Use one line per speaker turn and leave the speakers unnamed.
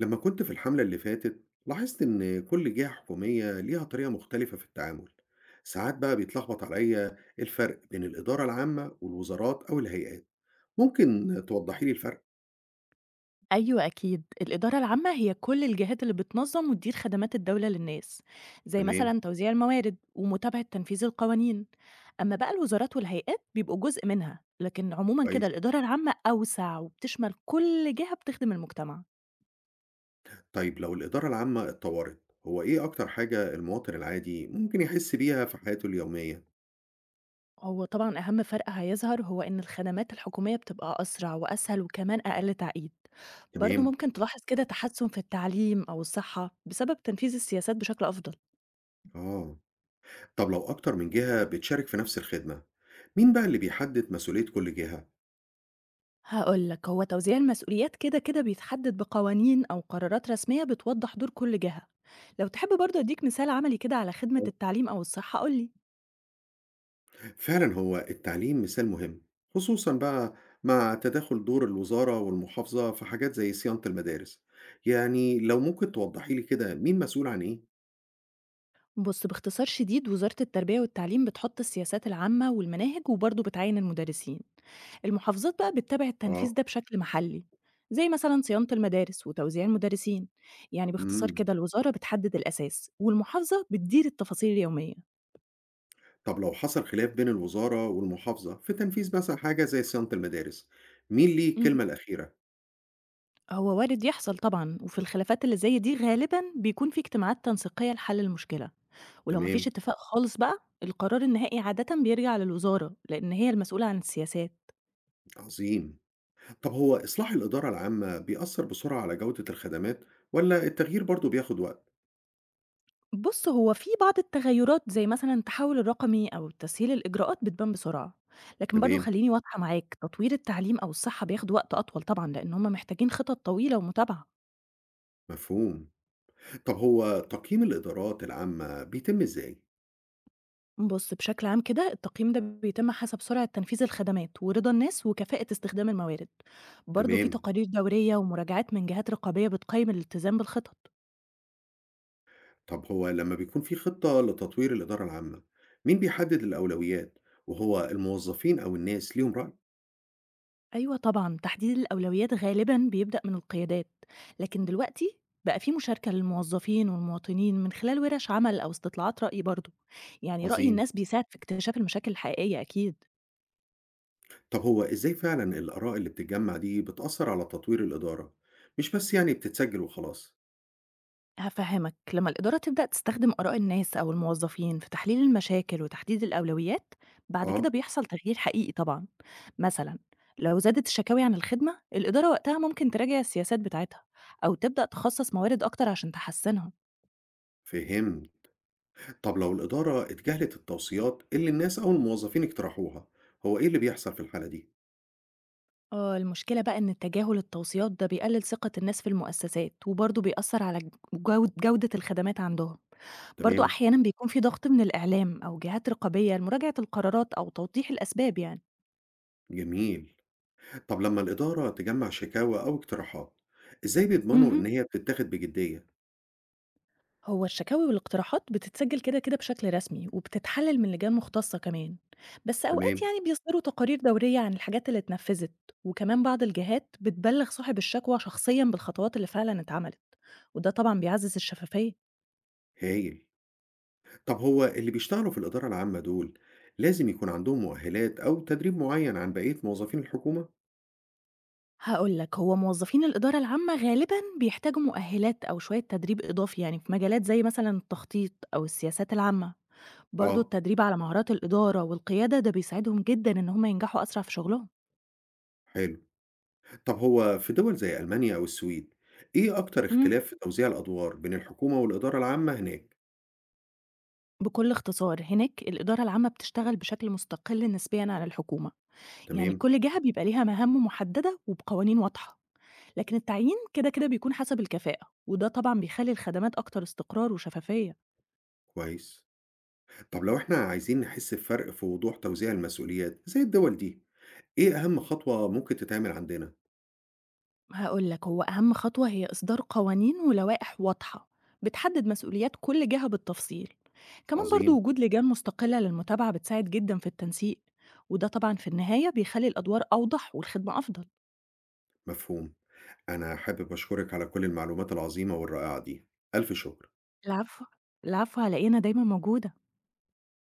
لما كنت في الحملة اللي فاتت لاحظت إن كل جهة حكومية ليها طريقة مختلفة في التعامل. ساعات بقى بيتلخبط عليا الفرق بين الإدارة العامة والوزارات أو الهيئات. ممكن توضحي لي الفرق؟
أيوة أكيد الإدارة العامة هي كل الجهات اللي بتنظم وتدير خدمات الدولة للناس، زي
تمام.
مثلا توزيع الموارد ومتابعة تنفيذ القوانين. أما بقى الوزارات والهيئات بيبقوا جزء منها، لكن عموما كده
كويس.
الإدارة العامة أوسع وبتشمل كل جهة بتخدم المجتمع.
طيب لو الإدارة العامة اتطورت، هو إيه أكتر حاجة المواطن العادي ممكن يحس بيها في حياته اليومية؟
هو طبعا أهم فرق هيظهر هو إن الخدمات الحكومية بتبقى أسرع وأسهل وكمان أقل تعقيد. برضه
تمام.
ممكن تلاحظ كده تحسن في التعليم أو الصحة بسبب تنفيذ السياسات بشكل أفضل.
آه. طب لو أكتر من جهة بتشارك في نفس الخدمة، مين بقى اللي بيحدد مسؤولية كل جهة؟
هاقول لك هو توزيع المسؤوليات كده كده بيتحدد بقوانين أو قرارات رسمية بتوضح دور كل جهة. لو تحب برضه أديك مثال عملي كده على خدمة التعليم أو الصحة قولي.
فعلا هو التعليم مثال مهم، خصوصا بقى مع تداخل دور الوزارة والمحافظة في حاجات زي صيانة المدارس. يعني لو ممكن توضحي لي كده مين مسؤول عن ايه؟
بص، باختصار شديد وزارة التربية والتعليم بتحط السياسات العامة والمناهج وبرضه بتعين المدرسين. المحافظات بقى بتتابع
اه.
التنفيذ ده بشكل محلي، زي مثلا صيانة المدارس وتوزيع المدرسين. يعني باختصار
امم
كده الوزارة بتحدد الأساس والمحافظة بتدير التفاصيل اليومية.
طب لو حصل خلاف بين الوزارة والمحافظة في تنفيذ مثلا حاجة زي صيانة المدارس، مين ليه
مهم.
الكلمة الأخيرة؟
هو وارد يحصل طبعًا، وفي الخلافات اللي زي دي غالبًا بيكون في اجتماعات تنسيقية لحل المشكلة، ولو ما فيش
تمام.
اتفاق خالص بقى القرار النهائي عادةً بيرجع للوزارة، لإن هي المسؤولة عن السياسات.
عظيم. طب هو إصلاح الإدارة العامة بيأثر بسرعة على جودة الخدمات، ولا التغيير برضه بياخد وقت؟
بُص، هو في بعض التغيرات زي مثلًا التحول الرقمي أو تسهيل الإجراءات بتبان بسرعة، لكن برضه
تمام،
خليني واضحة معاك، تطوير التعليم أو الصحة بياخدوا وقت أطول طبعًا، لإن هم محتاجين خطط طويلة ومتابعة.
مفهوم. طب هو تقييم الإدارات العامة بيتم إزاي؟
بُص، بشكل عام كده التقييم ده بيتم حسب سرعة تنفيذ الخدمات، ورضا الناس، وكفاءة استخدام الموارد. برضه في
تمام.
تقارير دورية ومراجعات من جهات رقابية بتقيم الالتزام بالخطط.
طب هو لما بيكون في خطة لتطوير الإدارة العامة، مين بيحدد الأولويات، وهو الموظفين أو الناس ليهم رأي؟
أيوه طبعًا، تحديد الأولويات غالبًا بيبدأ من القيادات، لكن دلوقتي بقى في مشاركة للموظفين والمواطنين من خلال ورش عمل أو استطلاعات رأي برضه. يعني رأي
عظيم.
الناس بيساعد في اكتشاف المشاكل الحقيقية أكيد.
طب هو إزاي فعلا الآراء اللي بتتجمع دي بتأثر على تطوير الإدارة؟ مش بس يعني بتتسجل وخلاص.
هافهمك، لمّا الإدارة تبدأ تستخدم آراء الناس أو الموظفين في تحليل المشاكل وتحديد الأولويات، بعد كده
آه،
بيحصل تغيير حقيقي طبعًا. مثلًا لو زادت الشكاوي عن الخدمة، الإدارة وقتها ممكن تراجع السياسات بتاعتها أو تبدأ تخصص موارد أكتر عشان تحسنها.
فهمت. طب لو الإدارة اتجاهلت التوصيات اللي الناس أو الموظفين اقترحوها، هو إيه اللي بيحصل في الحالة دي؟
آه، المشكلة بقى إن تجاهل التوصيات ده بيقلل ثقة الناس في المؤسسات، وبرضه بيأثر على ج جود جودة الخدمات عندهم. برضه
تمام،
أحيانًا بيكون في ضغط من الإعلام أو جهات رقابية لمراجعة القرارات أو توضيح الأسباب يعني.
جميل. طب لما الإدارة تجمع شكاوى أو اقتراحات، إزاي بيضمنوا إن
اهم.
هي بتتاخد بجدية؟
هو الشكاوي والاقتراحات بتتسجل كده كده بشكل رسمي وبتتحلل من لجان مختصة كمان. بس أوقات
تمام.
يعني بيصدروا تقارير دورية عن الحاجات اللي اتنفذت. وكمان بعض الجهات بتبلغ صاحب الشكوى شخصيا بالخطوات اللي فعلا اتعملت، وده طبعا بيعزز الشفافية.
هايل. طب هو اللي بيشتغلوا في الإدارة العامة دول لازم يكون عندهم مؤهلات أو تدريب معين عن بقية موظفين الحكومة؟
هقولك هو موظفين الإدارة العامة غالبا بيحتاجوا مؤهلات أو شوية تدريب إضافي يعني في مجالات زي مثلا التخطيط أو السياسات العامة. برضو
آه،
التدريب على مهارات الإدارة والقيادة ده بيساعدهم جدا إن هم ينجحوا أسرع في شغلهم.
حلو. طب هو في دول زي ألمانيا أو السويد، إيه أكتر اختلاف في توزيع الأدوار بين الحكومة والإدارة العامة هناك؟
بكل اختصار، هناك الإدارة العامة بتشتغل بشكل مستقل نسبيًا عن الحكومة، يعني
تمام.
كل جهة بيبقى ليها مهام محددة وبقوانين واضحة، لكن التعيين كده كده بيكون حسب الكفاءة، وده طبعًا بيخلي الخدمات أكتر استقرار وشفافية.
كويس. طب لو إحنا عايزين نحس بفرق في وضوح توزيع المسؤوليات زي الدول دي، إيه أهم خطوة ممكن تتعمل عندنا؟
هاقول لك هو أهم خطوة هي إصدار قوانين ولوائح واضحة بتحدد مسؤوليات كل جهة بالتفصيل، كمان برضه
عظيم.
وجود لجان مستقلة للمتابعة بتساعد جدًا في التنسيق، وده طبعًا في النهاية بيخلي الأدوار أوضح والخدمة أفضل.
مفهوم. أنا حابب أشكرك على كل المعلومات العظيمة والرائعة دي. ألف شكر.
العفو، العفو على إيه، أنا دايمًا موجودة.